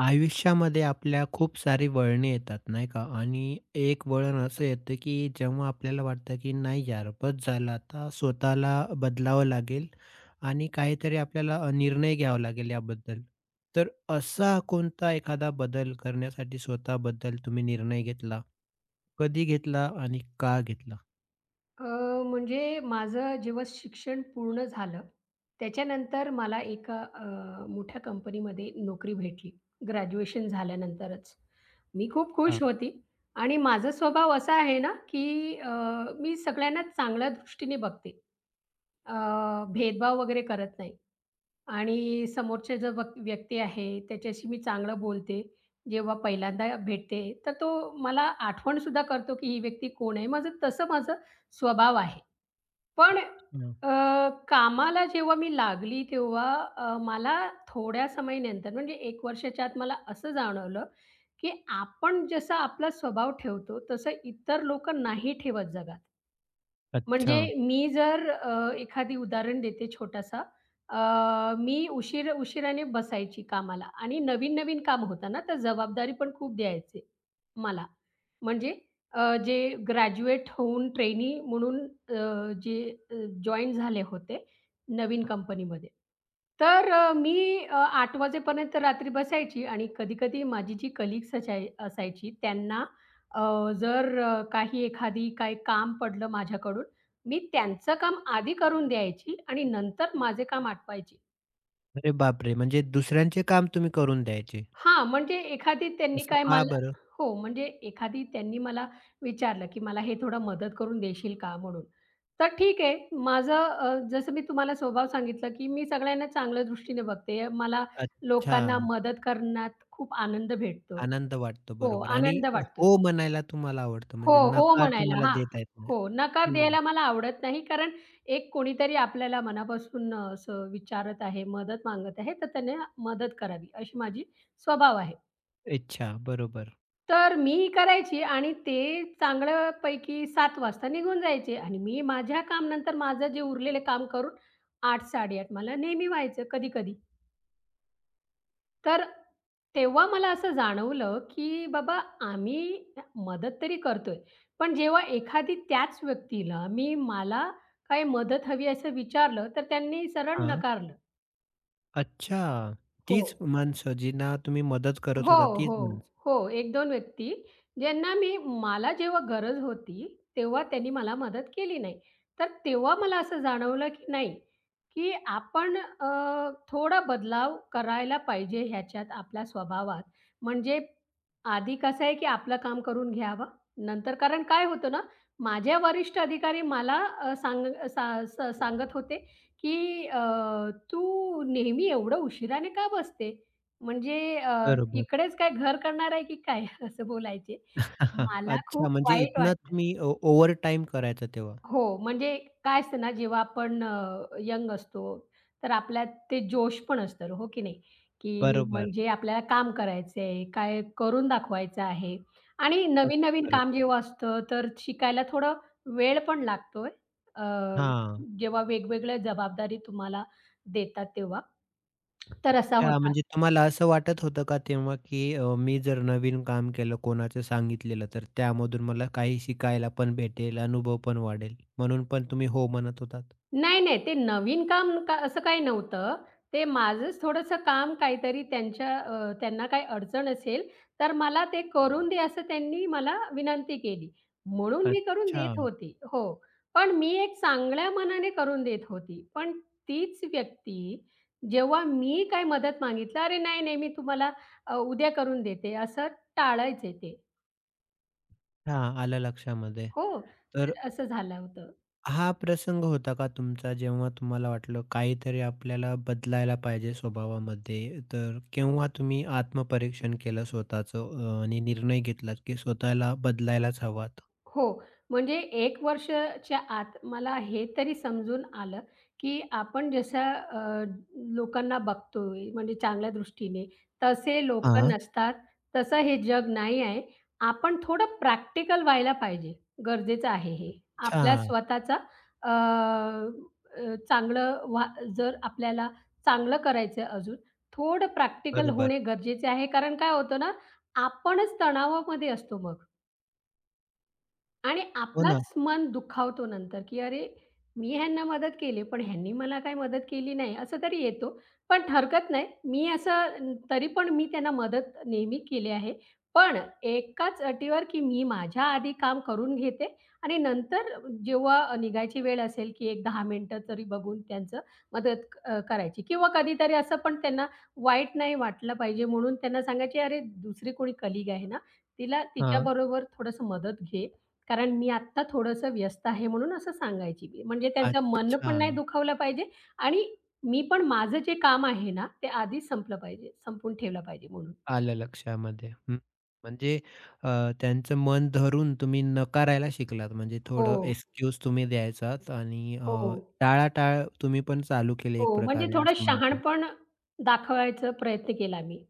आयुष्यामध्ये आपल्या खूप सारी वळणे येतात नाही का? आणि एक वळण असं येतं, की जेव्हा आपल्याला वाटतं, की नाही यार बस झालं आता स्वतःला बदलावं लागेल आणि काहीतरी आपल्याला निर्णय घ्यावा लागेल याबद्दल. तर असा कोणता एखादा बदल करण्यासाठी स्वतःबद्दल तुम्ही निर्णय घेतला? कधी घेतला आणि का घेतला? अ, म्हणजे माझं जेव्हा शिक्षण पूर्ण झालं, त्याच्यानंतर मला एका मोठ्या कंपनीमध्ये नोकरी भेटली, ग्रॅज्युएशन झाल्यानंतरच. मी खूप हां. खुश होती आणि माझा स्वभाव असा आहे ना, की मी सगळ्यांना चांगल्या दृष्टीने बघते. अ, भेदभाव वगैरे करत नाही आणि समोरचा जो व्यक्ती आहे, त्याच्याशी मी चांगलं बोलते. जेव्हा पहिल्यांदा भेटते, तर तो मला आठवण सुद्धा करतो, की ही व्यक्ती कोण आहे. माझं तसं स्वभाव आहे. पण हं. अ, कामाला जेव्हा मी लागली तेव्हा मला थोड्या समयीनंतर म्हणजे 1 वर्षाच्या आत मला असं जाणवलं, की आपण जसा आपला स्वभाव ठेवतो तसं इतर लोकं नाही ठेवत जगात. अच्छा. म्हणजे मी जर एखादी उदाहरण देते छोटासा. मी उशिराने बसायची कामाला आणि नवीन-नवीन काम होतं ना, तर जबाबदारी पण खूप द्यायचे मला. म्हणजे जे ग्रॅज्युएट होऊन ट्रेनी म्हणून अ, जे अ, जॉइन झाले होते नवीन कंपनीमध्ये. तर मी 8 वाजेपर्यंत रात्री बसायची आणि कधी-कधी माझी जी कलीग्स असायची त्यांना अ, जर काही एखादी काही काम पडलं माझ्याकडून, मी त्यांचं काम आधी करून द्यायची आणि नंतर माझे काम आटपायची. अरे बापरे! म्हणजे दुसऱ्यांचे काम तुम्ही करून द्यायचे. हां, म्हणजे एखादी त्यांनी असं काय का मला बरं? हो, म्हणजे एखादी त्यांनी मला विचारलं, की "मला हे थोडं मदत करून देशील का?" म्हणून. तर ठीक आहे, माझं जसं मी तुम्हाला स्वभाव सांगितलं, की मी सगळ्यांना चांगल्या दृष्टीने बघते. मला अच्छा. लोकांना मदत करण्यात खूप आनंद भेटतो. आनंद वाटतो, हो, बरोबर. आणि आनंद वाटतो. हो म्हणायला तुम्हाला आवडतं, हो, म्हणजे हो नकार म्हणायला तुम्हाला हां. देता येत नाही. हो, नकार हं. द्यायला मला आवडत नाही, कारण एक कोणीतरी आपल्याला मनापासून असं विचारत आहे, मदत मागत आहे, तर त्यांना मदत करावी, अशी माझी स्वभाव आहे. इच्छा, बरोबर. तर मी करायची आणि ते चांगल्यापैकी 7:00 वाजता निघून जायचे आणि मी माझ्या काम नंतर माझं जे उरलेले काम करून 8:00-8:30 मला नेहमी व्हायचं कधी-कधी. तर तेव्हा मला असं जाणवलं, की बाबा आम्ही मदत तरी करतोय, पण जेव्हा एखादी त्याच व्यक्तीला मी मला काही मदत हवी असं विचारलं, तर त्यांनी सरळ हां. नकारलं. अच्छा, हो. तीच माणसं जींना तुम्ही मदत करत हो, होता, तीच हो, माणसं. हो. 1-2 व्यक्ती ज्यांना मी मला जेव्हा गरज होती, तेव्हा त्यांनी मला मदत केली नाही. तर तेव्हा मला असं जाणवलं, की नाही, की आपण थोडा बदलाव करायला पाहिजे ह्याच्यात आपल्या स्वभावात. म्हणजे आधी कसं आहे, की आपलं काम करून घ्यावं. नंतर कारण काय होतं ना, माझ्या वरिष्ठ अधिकारी मला अ, सांग सा स सांगत होते, की "तू नेहमी एवढं उशिराने का बसते?" म्हणजे बरोबर. इकडेच काय घर करणार आहे की काय? असं बोलायचे. मला अच्छा, खूप म्हणजे वाईट इथनं वाटलं. तुम्ही ओव्हरटाईम करायचं तेव्हा. हो, म्हणजे काय असतं ना, जेव्हा आपण यंग असतो, तर आपल्यात ते जोश पण असतं, हो की नाही? की बरोबर, म्हणजे आपल्याला काम करायचं आहे, काय करून दाखवायचं आहे आणि अगदी नवीन-नवीन काम बरोबर. जेव्हा असतं, तर शिकायला थोडा वेळ पण लागतोय. अ, हां. जेव्हा वेगवेगळ्या जबाबदारी तुम्हाला देतात तेव्हा, तर असा अच्छा, होता. म्हणजे तुम्हाला असं वाटत होतं का तेव्हा, की मी जर नवीन काम केलं, कोणाचं सांगितलेलं, तर त्यामधून मला काही शिकायला पण भेटेल, अनुभव पण वाढेल, म्हणून पण तुम्ही हो म्हणत होतात? नाही, नाही. ते नवीन काम का असं काही नव्हतं. ते माझंच थोडंसं काम काहीतरी त्यांच्या त्यांना काही अडचण असेल, तर मला ते करून दे असं त्यांनी मला विनंती केली. म्हणून मी करून अच्छा. देत होती, हो. पण मी एक चांगल्या मनाने करून देत होती. पण तीच व्यक्ती जेव्हा मी काही मदत मागितलं, "अरे नाही, नाही, मी तुम्हाला उद्या करून देते," असं टाळायचे ते. हां, आलं लक्षामध्ये. हो, तर तर असं झालं होतं. हा प्रसंग होता का तुमचा जेव्हा तुम्हाला वाटलं काहीतरी आपल्याला बदलायला पाहिजे स्वभावामध्ये? तर केव्हा तुम्ही आत्मपरीक्षण केलं स्वतःचं आणि निर्णय घेतलात की स्वतःला बदलायलाच हवं. हो. म्हणजे 1 वर्षाच्या आत मला हे तरी समजून आलं, की आपण जसं लोकांना बघतोय म्हणजे चांगल्या दृष्टीने, तसे लोक हां. नसतात. तसं हे जग नाही आहे. आपण थोडं प्रॅक्टिकल व्हायला पाहिजे. गरजेचं आहे हे. आपल्या अच्छा. स्वतःचा अ, अ, चांगलं व्हा जर आपल्याला चांगलं करायचं अजून, थोडं प्रॅक्टिकल बरोबर. होणे गरजेचे आहे. कारण काय होतं ना, आपणच तणावामध्ये असतो मग. आणि हो ना. आपलाच मन दुखावतो नंतर, की अरे, मी ह्यांना मदत केली, पण ह्यांनी मला काही मदत केली नाही, असं तरी येतो. पण हरकत नाही. मी असं तरी पण मी त्यांना मदत नेहमी केली आहे. पण एकाच अटीवर, की मी माझ्या आधी काम करून घेते आणि नंतर जेव्हा निघायची वेळ असेल, की एक 10 मिनिटं तरी बघून त्यांचं मदत करायची किंवा कधीतरी असं पण त्यांना वाईट नाही वाटलं पाहिजे म्हणून त्यांना सांगायची, "अरे, दुसरी कोणी कलीग आहे ना, तिला हां. तिच्याबरोबर थोडंसं मदत घे कारण मी आत्ता थोडंसं व्यस्त आहे म्हणून असं सांगायची मी. म्हणजे त्यांचं मन पण अच्छा. नाही दुखावलं पाहिजे आणि मी पण माझं जे काम आहे ना, ते आधीच संपलं पाहिजे, संपवून ठेवलं पाहिजे म्हणून. आलं लक्षामध्ये. हं. म्हणजे अ, त्यांचं मन धरून तुम्ही नकारायला शिकलात. म्हणजे थोडं हो, एक्सक्यूज तुम्ही द्यायचात आणि हो, टाळाटाळ तुम्ही पण चालू केली एक हो. म्हणजे प्रकारे थोडं असं म्हणता येईल. शहाणपण दाखवायचा प्रयत्न केला मी.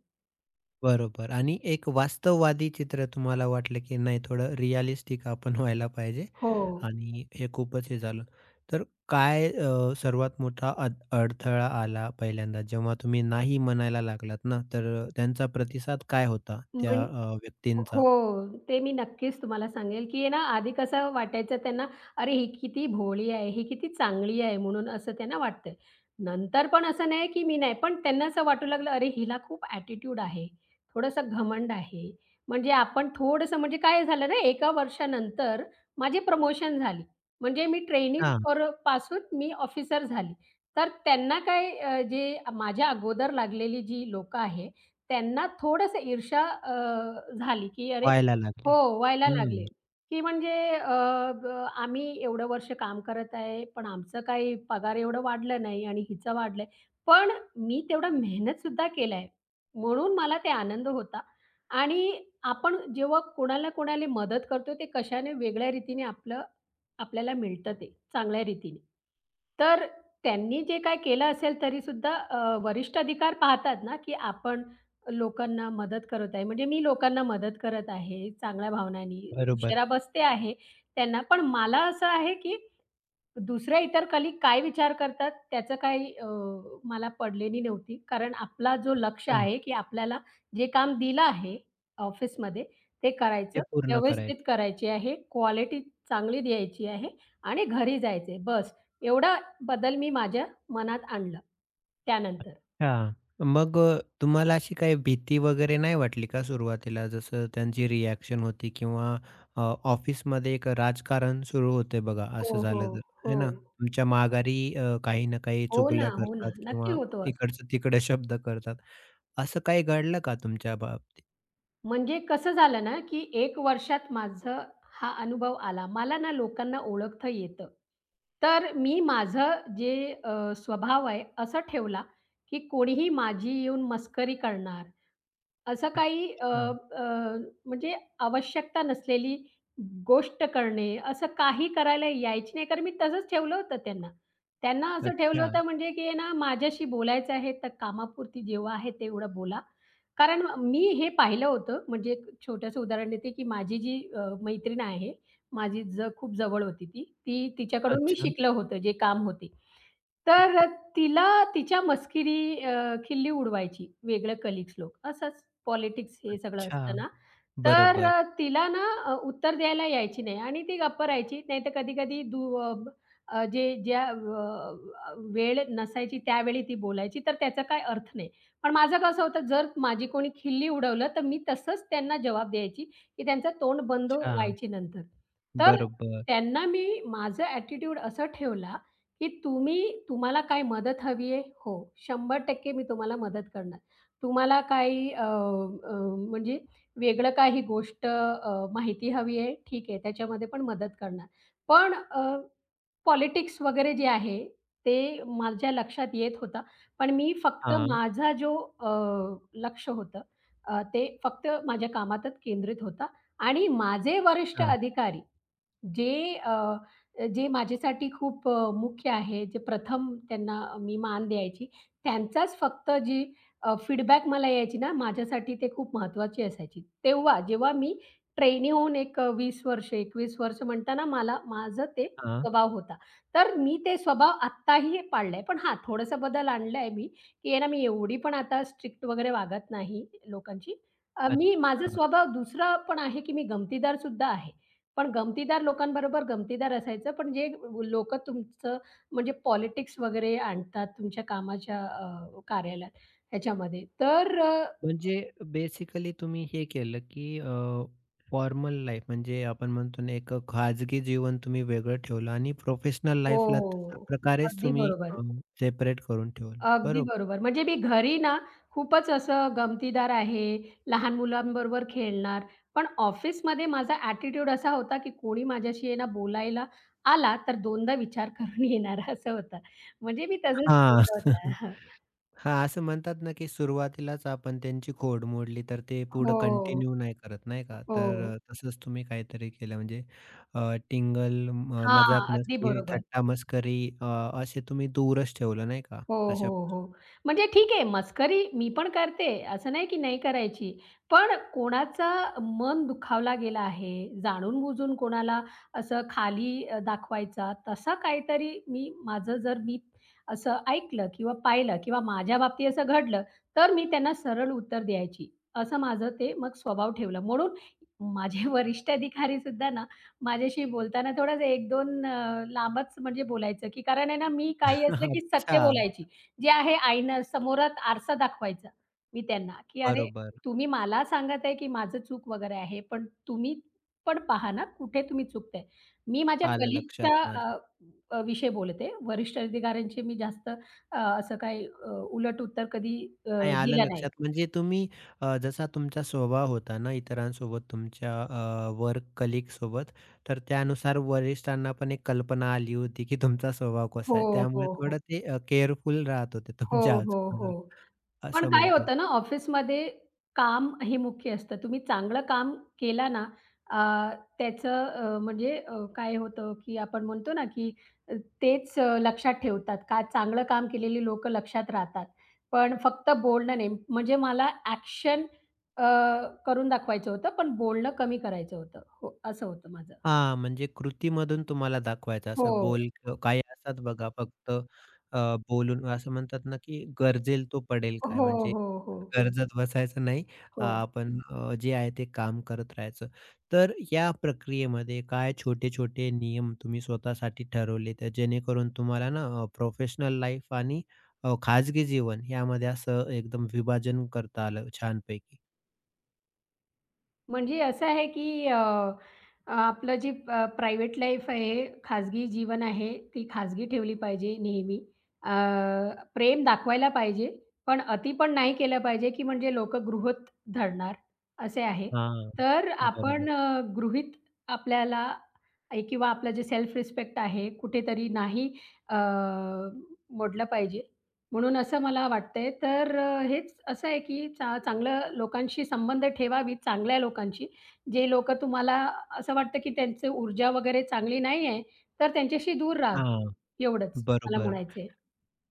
बरोबर. आणि एक वास्तववादी चित्र तुम्हाला वाटलं, की नाही थोडं रिअलिस्टिक आपण व्हायला पाहिजे हो. आणि हे खूपच हे झालं. तर काय, अ, सर्वात मोठा अड अडथळा आला पहिल्यांदा जेव्हा तुम्ही नाही म्हणायला लागलात ना, तर त्यांचा प्रतिसाद काय होता त्या म्हण व्यक्तींचा? हो. ते मी नक्कीच तुम्हाला सांगेल, की आहे ना आधी कसं वाटायचं त्यांना, "अरे, ही किती भोळी आहे, ही किती चांगली आहे," म्हणून असं त्यांना वाटतंय. नंतर पण असं नाही की मी नाही, पण त्यांना असं वाटू लागलं, "अरे, हिला खूप ॲटिट्यूड आहे, थोडंसं घमंड आहे." म्हणजे आपण थोडंसं म्हणजे काय झालं ना, 1 वर्षानंतर माझी प्रमोशन झाली. म्हणजे मी ट्रेनी पर पासून मी ऑफिसर झाली. तर त्यांना काय जे माझ्या अगोदर लागलेली जी लोकं आहेत, त्यांना थोडंसं ईर्ष्या झाली, की अरे व्हायला लागले. हो, व्हायला लागले, हं, की म्हणजे अ, ग आम्ही एवढं वर्ष काम करत आहे, पण आमचं काही पगार एवढं वाढलं नाही आणि हिचं वाढलंय. पण मी तेवढा मेहनतसुद्धा केलाय, म्हणून मला ते आनंद होता. आणि आपण जेव्हा कोणाला कोणाला मदत करतो, ते कशाने वेगळ्या रीतीने आपलं आपल्याला मिळतं ते चांगल्या रीतीने. तर त्यांनी जे काय केलं असेल तरीसुद्धा वरिष्ठ अधिकार पाहतात ना, की आपण लोकांना मदत करत आहे. म्हणजे मी लोकांना मदत करत आहे चांगल्या भावनांनी. बरोबर. उशिरा बसते आहे त्यांना. पण मला असं आहे, की दुसऱ्या इतर कलीग काय विचार करतात त्याचं काही मला पडलेली नव्हती. कारण आपला जो लक्ष्य अच्छा, आहे, की आपल्याला जे काम दिलं आहे ऑफिसमध्ये ते करायचं, ते पूर्ण व्यवस्थित करायचं. करायची आहे, क्वालिटी चांगली द्यायची आहे आणि घरी जायचंय बस. एवढा बदल मी माझ्या मनात आणला त्यानंतर. अच्छा, मग तुम्हाला अशी काही भीती वगैरे नाही वाटली का सुरुवातीला? जसं त्यांची रिएक्शन होती किंवा अ, ऑफिसमध्ये एक राजकारण सुरू होते बघा, हो, असं हो, झालं तर, हो. है ना? तुमच्या माघारी काही ना काही हो ना, चुगल्या हो ना. करतात नक्की किंवा होतो असं. इकडचं-तिकडे शब्द करतात. असं काही घडलं का तुमच्या बाबतीत? म्हणजे कसं झालं ना, की 1 वर्षात माझं हा अनुभव आला. मला ना लोकांना ओळखता येतं. तर मी माझं जे अ, स्वभाव आहे असं ठेवला, की कोणीही माझी येऊन मस्करी करणार. असं काही अ, अच्छा, अ, म्हणजे आवश्यकता नसलेली गोष्ट करणे, असं काही करायला यायची नाही. कारण मी तसंच ठेवलं होतं त्यांना. त्यांना असं ठेवलं अच्छा, होतं म्हणजे, की ना माझ्याशी बोलायचं आहे तर कामापुरती जेव्हा आहे तेवढं बोला. कारण मी हे पाहिलं होतं, म्हणजे एक छोटंसं उदाहरण देते, की माझी जी मैत्रीण आहे, माझी ज खूप जवळ होती ती. ती तिच्याकडून मी अच्छा, शिकलं होतं जे काम होते. तर तिला तिच्या खिल्ली उडवायची, वेगळ्या कलीग्स लोक. असंच पॉलिटिक्स हे सगळं अच्छा. असतं ना, तर बरोबर. तिला ना उत्तर द्यायला यायची नाही आणि ती गप्प राहायची. नाहीतर कधी-कधी जे ज्या वेळ नसायची त्यावेळी ती बोलायची, तर त्याचा काही अर्थ नाही. पण माझं कसं होतं, जर माझी कोणी खिल्ली उडवलं, तर मी तसंच त्यांना जवाब द्यायची, की त्यांचं तोंड बंद अच्छा, व्हायची नंतर. तर बरोबर. त्यांना मी माझा ॲटिट्यूड असा ठेवला, की तुम्ही तुम्हाला काय मदत हवी आहे? हो, 100% मी तुम्हाला मदत करणार. तुम्हाला काही अ, अ, म्हणजे वेगळं काही गोष्ट माहिती हवी आहे, ठीक आहे, त्याच्यामध्ये पण मदत करणार. पण पॉलिटिक्स वगैरे जे आहे, ते माझ्या लक्षात येत होता. पण मी फक्त हां, माझा जो लक्ष होतं, ते फक्त माझ्या कामातच केंद्रित होता आणि माझे वरिष्ठ हां. अधिकारी जे अ, जे माझ्यासाठी खूप मुख्य आहे, जे प्रथम त्यांना मी मान द्यायची. त्यांचाच फक्त जी फीडबॅक मला यायची ना, माझ्यासाठी ते खूप महत्त्वाची असायची. तेव्हा जेव्हा मी ट्रेनी होऊन एक 20 वर्ष, 21 वर्ष म्हणताना मला माझं ते हां, स्वभाव होता. तर मी ते स्वभाव आत्ताही पाळलाय. पण हां, थोडासा बदल आणलाय मी, की आहे ना, मी एवढी पण आता स्ट्रिक्ट वगैरे वागत नाही लोकांशी. मी माझा अच्छा. स्वभाव दुसरा पण आहे, की मी गमतीदार सुद्धा आहे. पण गमतीदार लोकांबरोबर गमतीदार असायचं, पण जे लोकं तुमचं म्हणजे पॉलिटिक्स वगैरे आणतात तुमच्या कामाच्या कार्यालयात ह्याच्यामध्ये तर म्हणजे बेसिकली तुम्ही हे केलं, की फॉर्मल लाईफ म्हणजे आपण म्हणतो ना, एक खाजगी जीवन तुम्ही वेगळं ठेवलं आणि प्रोफेशनल हो. लाईफला तशा हो. प्रकारेच अगदी तुम्ही बरोबर. सेपरेट करून ठेवलं. अगदी बरोबर. बरोबर. म्हणजे मी घरी ना खूपच असं गमतीदार आहे, लहान मुलांबरोबर खेळणार, पण ऑफिसमध्ये माझा ॲटिट्यूड असा होता, की कोणी माझ्याशी आहे ना बोलायला आला, तर दोनदा विचार करून येणार असं होतं. म्हणजे मी तसंच हां. ठेवलं होतं. हां, असं म्हणतात ना, की सुरुवातीलाच आपण त्यांची खोड मोडली, तर ते पुढं हो, कंटिन्यू नाही करत, नाही का? तर हो. तसंच तुम्ही काहीतरी केलं म्हणजे, अ, टिंगल, म हां, अगदी मजाक-मस्ती, बरोबर. थट्टा-मस्करी, असे तुम्ही दूरच ठेवलं, नाही का? हो, अशा हो, हो. म्हणजे ठीक आहे, मस्करी मी पण करते, असं नाही की नाही करायची. पण कोणाचा मन दुखावला गेला आहे, जाणून-बुजून कोणाला असं खाली दाखवायचा, तसा काहीतरी मी माझं जर मी असं ऐकलं किंवा पाहिलं किंवा माझ्या बाबतीत असं घडलं, तर मी त्यांना सरळ उत्तर द्यायची. असं माझं ते मग स्वभाव ठेवलं. म्हणून माझे वरिष्ठ अधिकारी सुद्धा ना, माझ्याशी बोलताना थोडंच 1-2 लांबच म्हणजे बोलायचं, की कारण आहे ना, मी काही असलं की सत्य अच्छा, बोलायची. जे आहे आईनं समोरात आरसा दाखवायचा मी त्यांना, की "अरे, बरोबर. तुम्ही मला सांगत आहे, की माझं चूक वगैरे आहे, पण तुम्ही पण पहा ना, कुठे तुम्ही चुकताय." मी माझ्या आलं लक्षात कलीगच्या माझ्या. अ, अ, विषयी बोलते. वरिष्ठ अधिकाऱ्यांचे मी जास्त असं काही उलट उत्तर कधी नाही आलं दिलं नाही. लक्षात, म्हणजे तुम्ही जसा तुमचा स्वभाव होता ना इतरांसोबत तुमच्या, वर्क कलीगसोबत, तर त्यानुसार वरिष्ठांना पण एक कल्पना आली होती, की तुमचा स्वभाव हो, कसा आहे. त्यामुळे हो, हो. थोडं ते केअरफुल राहत होते हो, तुमच्या हो, हो. आजूबाजूला पण असं काय म्हणता येईल. होतं ना, ऑफिसमध्ये काम हे मुख्य असतं. तुम्ही चांगलं काम केलं ना, अ, त्याचं अ, म्हणजे अ, काय होतं, की आपण म्हणतो ना, की अ, तेच लक्षात ठेवतात. का चांगलं काम केलेली लोकं लक्षात राहतात. पण फक्त बोलणं नाही, म्हणजे मला ॲक्शन अ, करून दाखवायचं होतं, पण बोलणं कमी करायचं होतं. हो, असं होतं माझं. हां, म्हणजे कृतीमधून तुम्हाला दाखवायचं असं हो. बोल. काही असतात बघा फक्त अ, बोलून असं म्हणतात ना, की "गरजेल तो पडेल काय." हो, म्हणजे हो, हो. गरजत बसायचं नाही. अ, हो. आपण अ, जे आहे ते काम करत राहायचं. तर या प्रक्रियेमध्ये काय छोटे-छोटे नियम तुम्ही स्वतःसाठी ठरवले, तर जेणेकरून तुम्हाला ना प्रोफेशनल लाईफ आणि खाजगी जीवन यामध्ये असं एकदम विभाजन करता आलं छानपैकी? म्हणजे असं आहे की अ, अ, आपलं जे प्रायव्हेट लाईफ आहे, खाजगी जीवन आहे, ती खाजगी ठेवली पाहिजे नेहमी. अ, प्रेम दाखवायला पाहिजे, पण अति पण नाही केलं पाहिजे, की म्हणजे लोकं गृहीत धरणार, असे आहे. हां, तर बरोबर. आपण अ, गृहीत आपल्याला ए, किंवा आपलं जे सेल्फ रिस्पेक्ट आहे, कुठेतरी नाही अ, मोडलं पाहिजे. म्हणून असं मला वाटतंय. तर हेच असं आहे, की चांगलं लोकांशी संबंध ठेवावीत, चांगल्या लोकांशी. जे लोकं तुम्हाला असं वाटतं, की त्यांची ऊर्जा वगैरे चांगली नाही आहे, तर त्यांच्याशी दूर राहावं. हां, एवढंच मला बरोबर. म्हणायचंय.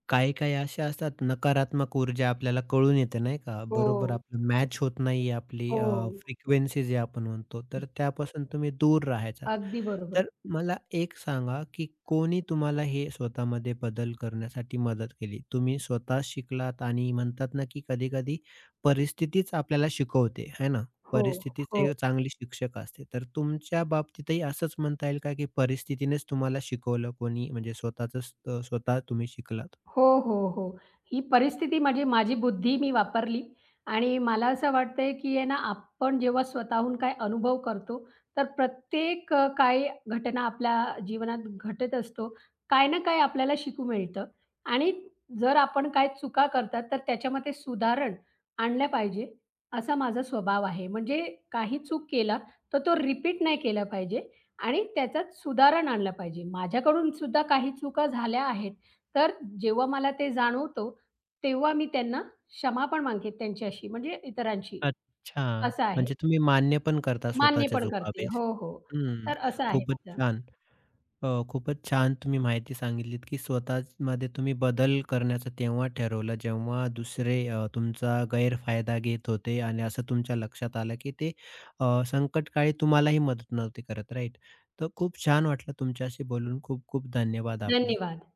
काही-काही अशा असतात नकारात्मक ऊर्जा आपल्याला कळून येते नाही का? बरोबर, हो, आपलं मॅच होत नाही आपली हो. फ्रिक्वेन्सी जे आपण म्हणतो, तर त्यापासून तुम्ही दूर राहायचा. अगदी बरोबर. तर मला एक सांगा, की कोणी तुम्हाला हे स्वतःमध्ये बदल करण्यासाठी मदत केली? तुम्ही स्वतः शिकलात आणि म्हणतात ना, की कधी-कधी परिस्थितीच आपल्याला शिकवते, है ना? हो, परिस्थितीच हो. हे चांगली शिक्षक असते. तर तुमच्या बाबतीतही असंच म्हणता येईल का, की परिस्थितीनेच तुम्हाला शिकवलं कोणी? म्हणजे स्वतःचंच, स्वतः तुम्ही शिकलात? हो, हो, हो. ही परिस्थिती म्हणजे माझी बुद्धी मी वापरली आणि मला असं वाटतंय, की आहे ना, आपण जेव्हा स्वतःहून काही अनुभव करतो, तर प्रत्येक काही घटना आपल्या जीवनात घटत असतो. काही ना काही आपल्याला शिकू मिळतं आणि जर आपण काही चुका करतात, तर त्याच्यामध्ये सुधारण आणलं पाहिजे, असा माझा स्वभाव आहे. म्हणजे काही चूक केला, तर तो रिपीट नाही केला पाहिजे आणि त्याच्यात सुधारण आणलं पाहिजे. माझ्याकडून सुद्धा काही चुका झाल्या आहेत. तर जेव्हा मला ते जाणवतं, तेव्हा मी त्यांना क्षमा पण मागते त्यांच्याशी म्हणजे इतरांशी. अच्छा. असं आहे. म्हणजे तुम्ही मान्य पण करता मान्य स्वतःच्या पण चुका करते. बेस. हो, हो. हं. तर असं आहे खूपच माझं. छान. खूपच छान तुम्ही माहिती सांगितलीत, की स्वतःमध्ये तुम्ही बदल करण्याचं तेव्हा ठरवलं, जेव्हा दुसरे तुमचा गैरफायदा घेत होते आणि असं तुमच्या लक्षात आलं, की ते अ, संकटकाळी तुम्हालाही मदत नव्हती करत, राईट? तर खूप छान वाटलं तुमच्याशी बोलून. खूप खूप धन्यवाद आपले. धन्यवाद.